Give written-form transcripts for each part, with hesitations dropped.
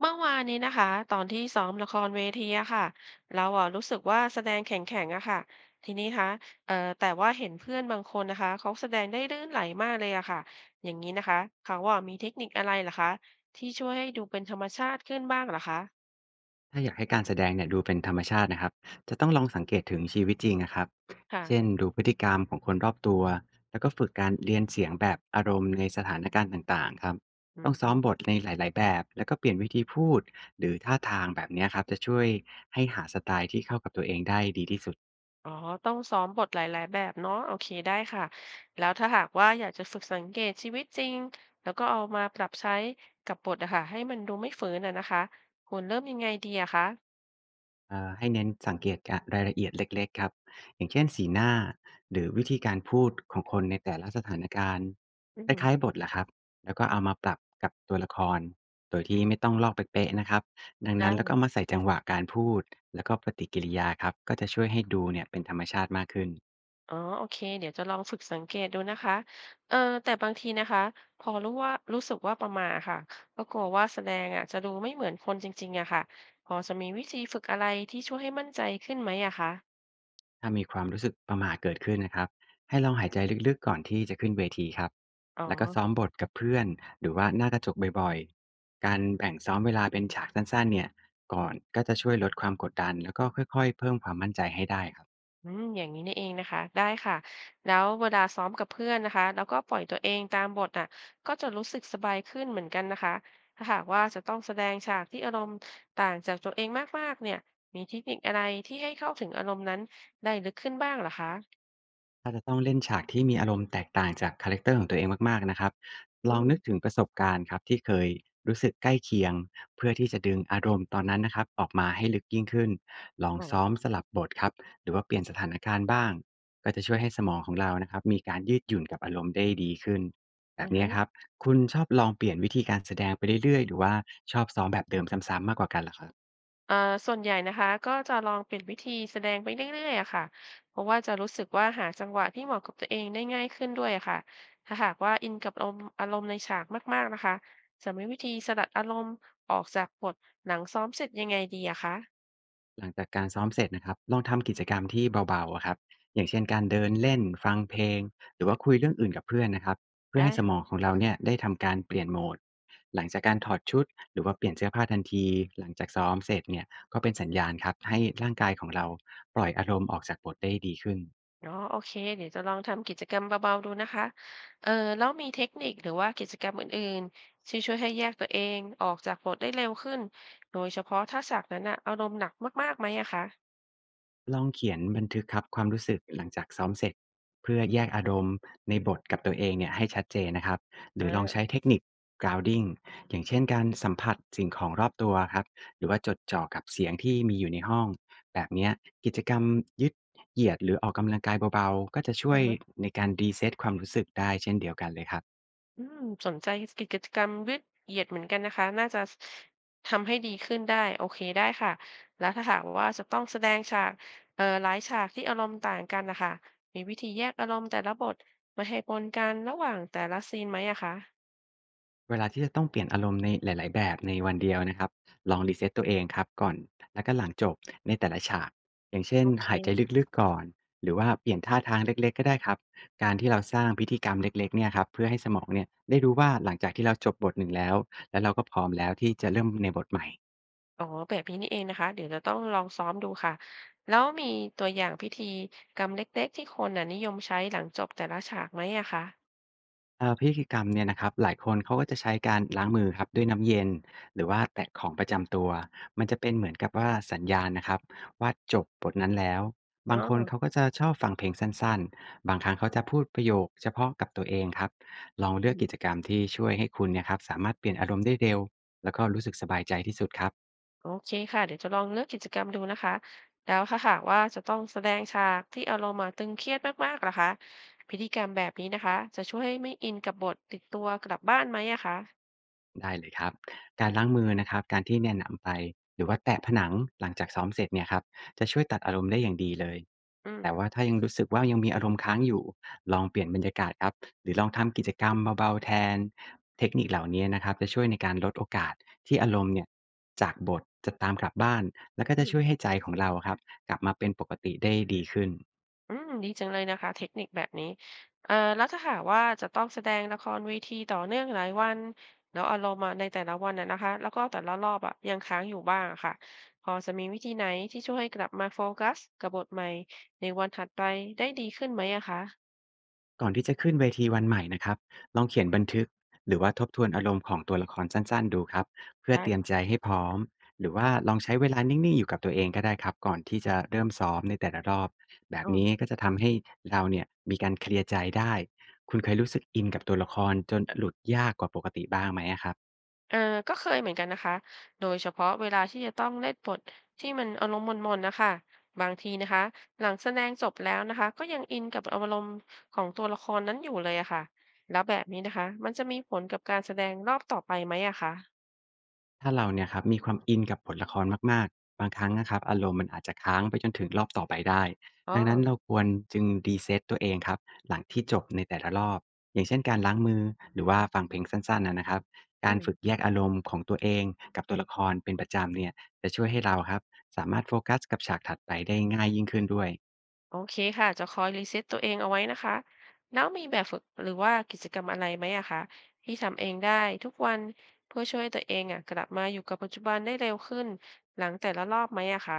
เมื่อวานนี้นะคะตอนที่ซ้อมละครเวทีอะค่ะเราอะรู้สึกว่าแสดงแข็งแข็งอะค่ะทีนี้คะแต่ว่าเห็นเพื่อนบางคนนะคะเขาแสดงได้ลื่นไหลมากเลยอะค่ะอย่างนี้นะคะเขาว่ามีเทคนิคอะไรเหรอคะที่ช่วยให้ดูเป็นธรรมชาติขึ้นบ้างเหรอคะถ้าอยากให้การแสดงเนี่ยดูเป็นธรรมชาตินะครับจะต้องลองสังเกตถึงชีวิตจริงนะครับค่ะเช่นดูพฤติกรรมของคนรอบตัวแล้วก็ฝึกการเรียนเสียงแบบอารมณ์ในสถานการณ์ต่างๆครับอืต้องซ้อมมบทในหลายๆแบบแล้วก็เปลี่ยนวิธีพูดหรือท่าทางแบบเนี้ยครับจะช่วยให้หาสไตล์ที่เข้ากับตัวเองได้ดีที่สุด อ๋อต้องซ้อมบทหลายๆแบบเนาะโอเคได้ค่ะแล้วถ้าหากว่าอยากจะฝึกสังเกตชีวิตจริงแล้วก็เอามาปรับใช้กับบทอะค่ะให้มันดูไม่เฝืนอะนะคะควรเริ่มยังไงดีอะคะให้เน้นสังเกตกะรายละเอียดเล็กๆครับอย่างเช่นสีหน้าหรือวิธีการพูดของคนในแต่ละสถานการณ์อืคล้ายๆม บทแหละครับแล้วก็เอามาปรับกับตัวละครโดยที่ไม่ต้องลอกเป๊ะๆนะครับดังนั้นแล้วก็เอาได้มาใส่จังหวะการพูดแล้วก็ปฏิกิริยาครับก็จะช่วยให้ดูเนี่ยเป็นธรรมชาติมากขึ้น อ๋อโอเคเดี๋ยวจะลองฝึกสังเกตดูนะคะเออแต่บางทีนะคะ พอรู้ว่ารู้สึกว่าประหม่าค่ะ ก็กลัวว่าแสดงอะจะดูไม่เหมือนคนจริงๆอะค่ะ พอจะมีวิธีฝึกอะไรที่ช่วยให้มั่นใจขึ้นไหมอะคะถ้ามีความรู้สึกประหม่าเกิดขึ้นนะครับให้ลองหายใจลึกๆก่อนที่จะขึ้นเวทีครับอ๋อ แล้วก็ซ้อมบทกับเพื่อนหรือว่าหน้ากระจกบ่อยๆการแบ่งซ้อมเวลาเป็นฉากสั้นๆเนี่ยก่อนก็จะช่วยลดความกดดันแล้วก็ค่อยๆเพิ่มความมั่นใจให้ได้ครับ อืมอย่างนี้นี่เองนะคะได้ค่ะแล้วเวลาซ้อมกับเพื่อนนะคะแล้วก็ปล่อยตัวเองตามบทอ่ะก็จะรู้สึกสบายขึ้นเหมือนกันนะคะถ้าหากว่าจะต้องแสดงฉากที่อารมณ์ต่างจากตัวเองมากๆเนี่ยมีเทคนิคอะไรที่ให้เข้าถึงอารมณ์นั้นได้ลึกขึ้นบ้างเหรอคะถ้าจะต้องเล่นฉากที่มีอารมณ์แตกต่างจากคาแรกเตอร์ของตัวเองมากๆนะครับอืลองมนึกถึงประสบการณ์ครับที่เคยรู้สึกใกล้เคียงเพื่อที่จะดึงอารมณ์ตอนนั้นนะครับออกมาให้ลึกยิ่งขึ้น ลองอ๋อซ้อมสลับบทครับหรือว่าเปลี่ยนสถานการณ์บ้างก็จะช่วยให้สมองของเรานะครับมีการยืดหยุ่นกับอารมณ์ได้ดีขึ้นแบอ่าบนี้ฮะ ครับคุณชอบลองเปลี่ยนวิธีการแสดงไปเรื่อยๆหรือว่าชอบซ้อมแบบเดิมซ้ำๆมากกว่ากันเหรอครับ เอ่อส่วนใหญ่นะคะก็จะลองเปลี่ยนวิธีแสดงไปเรื่อยๆอะค่ะเพราะว่าจะรู้สึกว่าหาจังหวะที่เหมาะกับตัวเองได้ง่ายขึ้นด้วยอะค่ะถ้าหากว่าอินกับอารมณ์ในฉากมากๆนะคะจะมีวิธีสลัดอารมณ์ออกจากบทหนังซ้อมเสร็จยังไงดีอะคะหลังจากการซ้อมเสร็จนะครับลองทำกิจกรรมที่เบาๆอะครับอย่างเช่นการเดินเล่นฟังเพลงหรือว่าคุยเรื่องอื่นกับเพื่อนนะครับเพื่อได้ให้สมองค่ะของเราเนี่ยได้ทำการเปลี่ยนโหมดหลังจากการถอดชุดหรือว่าเปลี่ยนเสื้อผ้าทันทีหลังจากซ้อมเสร็จเนี่ยก็เป็นสัญญาณครับให้ร่างกายของเราปล่อยอารมณ์ออกจากบทได้ดีขึ้น เนาะโอเคเดี๋ยวจะลองทำกิจกรรมเบาๆดูนะคะเออแล้วมีเทคนิคหรือว่ากิจกรรมอื่นๆที่ช่วยให้แยกตัวเองออกจากบทได้เร็วขึ้นโดยเฉพาะถ้าฉากนั้นอะอารมณ์หนักมากๆไหมอะคะลองเขียนบันทึกครับความรู้สึกหลังจากซ้อมเสร็จเพื่อแยกอารมณ์ในบทกับตัวเองเนี่ยให้ชัดเจนนะครับหรือลองอาใช้เทคนิค grounding อย่างเช่นการสัมผัสสิ่งของรอบตัวครับหรือว่าจดจ่อกับเสียงที่มีอยู่ในห้องแบบเนี้ยกิจกรรมยืดเหยียดหรือออกกำลังกายเบาๆก็จะช่วยอ ในการรีเซ็ตความรู้สึกได้เช่นเดียวกันเลยครับ อืมสนใจกิจกรรมยืดเหยียดเหมือนกันนะคะน่าจะทำให้ดีขึ้นได้โอเคได้ค่ะแล้วถ้าหากว่าจะต้องแสดงฉากหลายฉากที่อารมณ์ต่างกันนะคะมีวิธีแยกอารมณ์แต่ละบทไม่ให้ปนกันระหว่างแต่ละซีนไหมอะคะเวลาที่จะต้องเปลี่ยนอารมณ์ในหลาย ๆ แบบในวันเดียวนะครับลองรีเซตตัวเองครับก่อนแล้วก็หลังจบในแต่ละฉากอย่างเช่นโอเคหายใจลึก ๆ ก่อนหรือว่าเปลี่ยนท่าทางเล็ก ๆ ก็ได้ครับการที่เราสร้างพิธีกรรมเล็ก ๆเนี่ยครับเพื่อให้สมองเนี่ยได้รู้ว่าหลังจากที่เราจบบทหนึ่งแล้วแล้วเราก็พร้อมแล้วที่จะเริ่มในบทใหม่ อ๋อแบบนี้นี่เองนะคะเดี๋ยวจะต้องลองซ้อมดูค่ะแล้วมีตัวอย่างพิธีกรรมเล็กๆที่คนน่ะนิยมใช้หลังจบแต่ละฉากไหมอะคะพิธีกรรมเนี่ยนะครับหลายคนเขาก็จะใช้การล้างมือครับด้วยน้ำเย็นหรือว่าแตะของประจำตัวมันจะเป็นเหมือนกับว่าสัญญาณนะครับว่าจบบทนั้นแล้วอ๋บางคนเขาอ ก็จะชอบฟังเพลงสั้นๆบางครั้งเขาจะพูดประโยคเฉพาะกับตัวเองครับลองเลือกกิจกรรมที่ช่วยให้คุณเนี่ยครับสามารถเปลี่ยนอารมณ์ได้เร็วแล้วก็รู้สึกสบายใจที่สุดครับ โอเคค่ะเดี๋ยวจะลองเลือกกิจกรรมดูนะคะแล้วถ้าหากว่าจะต้องแสดงฉากที่อารมณ์อะตึงเครียดมากๆล่ะคะพิธีกรรมแบบนี้นะคะจะช่วยให้ไม่อินกับบทติดตัวกลับบ้านไหมอะคะได้เลยครับการล้างมือนะครับการที่เนี่ยนำไปหรือว่าแตะผนังหลังจากซ้อมเสร็จเนี่ยครับจะช่วยตัดอารมณ์ได้อย่างดีเลยอืมแต่ว่าถ้ายังรู้สึกว่ายังมีอารมณ์ค้างอยู่ลองเปลี่ยนบรรยากาศครับหรือลองทำกิจกรรมเบาๆแทนเทคนิคเหล่านี้นะครับจะช่วยในการลดโอกาสที่อารมณ์เนี่ยจากบทจะตามกลับบ้านแล้วก็อืจะมช่วยให้ใจของเราครับกลับมาเป็นปกติได้ดีขึ้น อืมดีจังเลยนะคะเทคนิคแบบนี้แล้วถ้าหากว่าจะต้องแสดงละครเวทีต่อเนื่องหลายวันแล้วอารมณ์อะในแต่ละวันน่ะนะคะแล้วก็แต่ละรอบอะยังค้างอยู่บ้างอะค่ะพอจะมีวิธีไหนที่ช่วยให้กลับมาโฟกัสกับบทใหม่ในวันถัดไปได้ดีขึ้นไหมอะคะก่อนที่จะขึ้นเวทีวันใหม่นะครับลองเขียนบันทึกหรือว่าทบทวนอารมณ์ของตัวละครสั้นๆดูครับเพื่อได้ เตรียมใจให้พร้อมหรือว่าลองใช้เวลานิ่งๆอยู่กับตัวเองก็ได้ครับก่อนที่จะเริ่มซ้อมในแต่ละรอบแบบอ๋นี้อก็จะทำให้เราเนี่ยมีการเคลียร์ใจได้คุณเคยรู้สึกอินกับตัวละครจนหลุดยากกว่าปกติบ้างไหมอะครับ เออก็เคยเหมือนกันนะคะ โดยเฉพาะเวลาที่จะต้องเล่นบทที่มันอารมณ์หม่นๆนะค่ะบางทีนะคะหลังแสดงจบแล้วนะคะก็ยังอินกับอารมณ์ของตัวละครนั้นอยู่เลยอะค่ะ แล้วแบบนี้นะคะมันจะมีผลกับการแสดงรอบต่อไปไหมอะคะถ้าเราเนี่ยครับมีความอินกับบทละครมากๆบางครั้งนะครับอารมณ์มันอาจจะค้างไปจนถึงรอบต่อไปได้อ๋อดังนั้นเราควรจึงรีเซตตัวเองครับหลังที่จบในแต่ละรอบอย่างเช่นการล้างมือหรือว่าฟังเพลงสั้นๆนะครับอืการฝึกแยมกอารมณ์ของตัวเองกับตัวละครเป็นประจำเนี่ยจะช่วยให้เราครับสามารถโฟกัสกับฉากถัดไปได้ง่ายยิ่งขึ้นด้วย โอเคค่ะจะคอยรีเซ็ตตัวเองเอาไว้นะคะแล้วมีแบบฝึกหรือว่ากิจกรรมอะไรไหมอะคะที่ทำเองได้ทุกวันเพื่อช่วยให้ตัวเองอะกลับมาอยู่กับปัจจุบันได้เร็วขึ้นหลังแต่ละรอบไหมอะคะ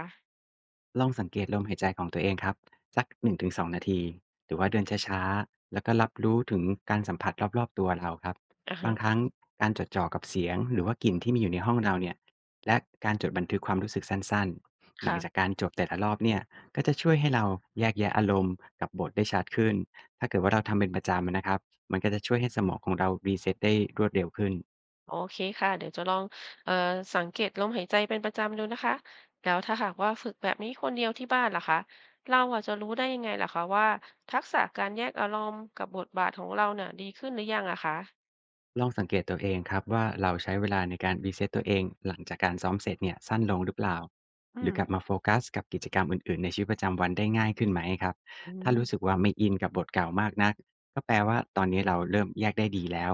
ลองสังเกตลมหายใจของตัวเองครับสัก1-2นงถึง2 นาทีหรือว่าเดินช้าๆแล้วก็รับรู้ถึงการสัมผัสรอบๆตัวเราครับอะฮะ บางครั้งการจดจ่อกับเสียงหรือว่ากลิ่นที่มีอยู่ในห้องเราเนี่ยและการจดบันทึกความรู้สึกสั้นๆหลังค่ะจากการจบแต่ละรอบเนี่ยก็จะช่วยให้เราแยกแยะอารมณ์กับบทได้ชัดขึ้นถ้าเกิดว่าเราทำเป็นประจำนะครับมันก็จะช่วยให้สมองของเรารีเซ็ตได้รวดเร็วขึ้น โอเคค่ะเดี๋ยวจะลองเอ่อสังเกตลมหายใจเป็นประจำดูนะคะแล้วถ้าหากว่าฝึกแบบนี้คนเดียวที่บ้านล่ะคะเราอาจจะรู้ได้ยังไงล่ะคะว่าทักษะการแยกอารมณ์กับบทบาทของเราเนี่ยดีขึ้นหรือยังอะคะลองสังเกตตัวเองครับว่าเราใช้เวลาในการวีเ e t ตตัวเองหลังจากการซ้อมเสร็จเนี่ยสั้นลงหรือเปล่าอืหรืมอกลับมาโฟกัสกับกิจกรรมอื่นๆในชีวิตประจำวันได้ง่ายขึ้นไหมครับอืถ้ารู้สึกมว่าไม่อินกับบทเก่ามากนักก็แปลว่าตอนนี้เราเริ่มแยกได้ดีแล้ว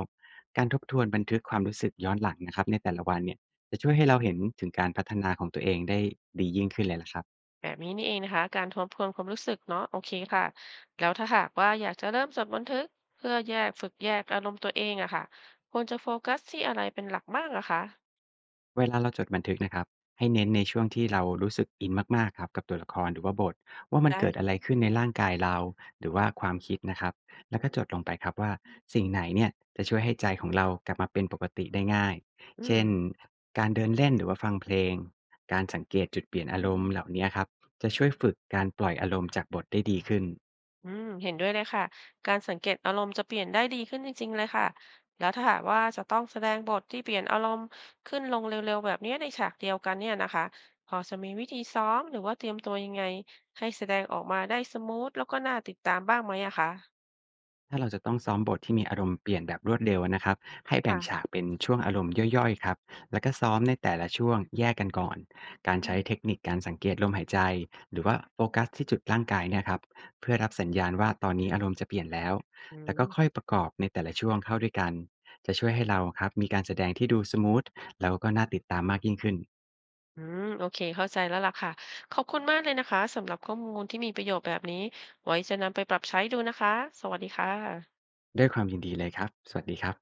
การทบทวนบันทึกความรู้สึกย้อนหลังนะครับในแต่ละวันเนี่ยจะช่วยให้เราเห็นถึงการพัฒนาของตัวเองได้ดียิ่งขึ้นเลยละครับ แบบนี้นี่เองนะคะการทบทวนความรู้สึกเนาะโอเคค่ะแล้วถ้าหากว่าอยากจะเริ่มจดบันทึกเพื่อแยกฝึกแยกอารมณ์ตัวเองอะค่ะควรจะโฟกัสที่อะไรเป็นหลักบ้างอะคะเวลาเราจดบันทึกนะครับให้เน้นในช่วงที่เรารู้สึกอินมากๆครับกับตัวละครหรือว่าบทว่ามันได้เกิดอะไรค่ะขึ้นในร่างกายเราหรือว่าความคิดนะครับแล้วก็จดลงไปครับว่าสิ่งไหนเนี่ยจะช่วยให้ใจของเรากลับมาเป็นปกติได้ง่ายอืม เช่นการเดินเล่นหรือว่าฟังเพลงการสังเกตจุดเปลี่ยนอารมณ์เหล่านี้ครับจะช่วยฝึกการปล่อยอารมณ์จากบทได้ดีขึ้น อืมเห็นด้วยเลยค่ะการสังเกตอารมณ์จะเปลี่ยนได้ดีขึ้นจริงๆเลยค่ะแล้วถ้าหากว่าจะต้องแสดงบทที่เปลี่ยนอารมณ์ขึ้นลงเร็วๆแบบเนี้ยในฉากเดียวกันเนี่ยนะคะพอจะมีวิธีซ้อมหรือว่าเตรียมตัวยังไงให้แสดงออกมาได้สมูทแล้วก็น่าติดตามบ้างไหมอะคะถ้าเราจะต้องซ้อมบทที่มีอารมณ์เปลี่ยนแบบรวดเร็วนะครับให้แบ่งฉาค่ะกเป็นช่วงอารมณ์ย่อยๆครับแล้วก็ซ้อมในแต่ละช่วงแยกกันก่อนการอืใช้เทคมนิคการสังเกตลมหายใจหรือว่าโฟกัสที่จุดร่างกายเนี่ยครับเพื่อรับสัญญาณว่าตอนนี้อารมณ์จะเปลี่ยนแล้วอืมแล้วก็ค่อยประกอบในแต่ละช่วงเข้าด้วยกันจะช่วยให้เราครับมีการแสดงที่ดูสมูทแล้วก็น่าติดตามมากยิ่งขึ้นอืมโอเคเข้าใจแล้วล่ะค่ะขอบคุณมากเลยนะคะสำหรับข้อมูลที่มีประโยชน์แบบนี้ไว้จะนำไปปรับใช้ดูนะคะสวัสดีค่ะด้วยความยินดีเลยครับสวัสดีครับ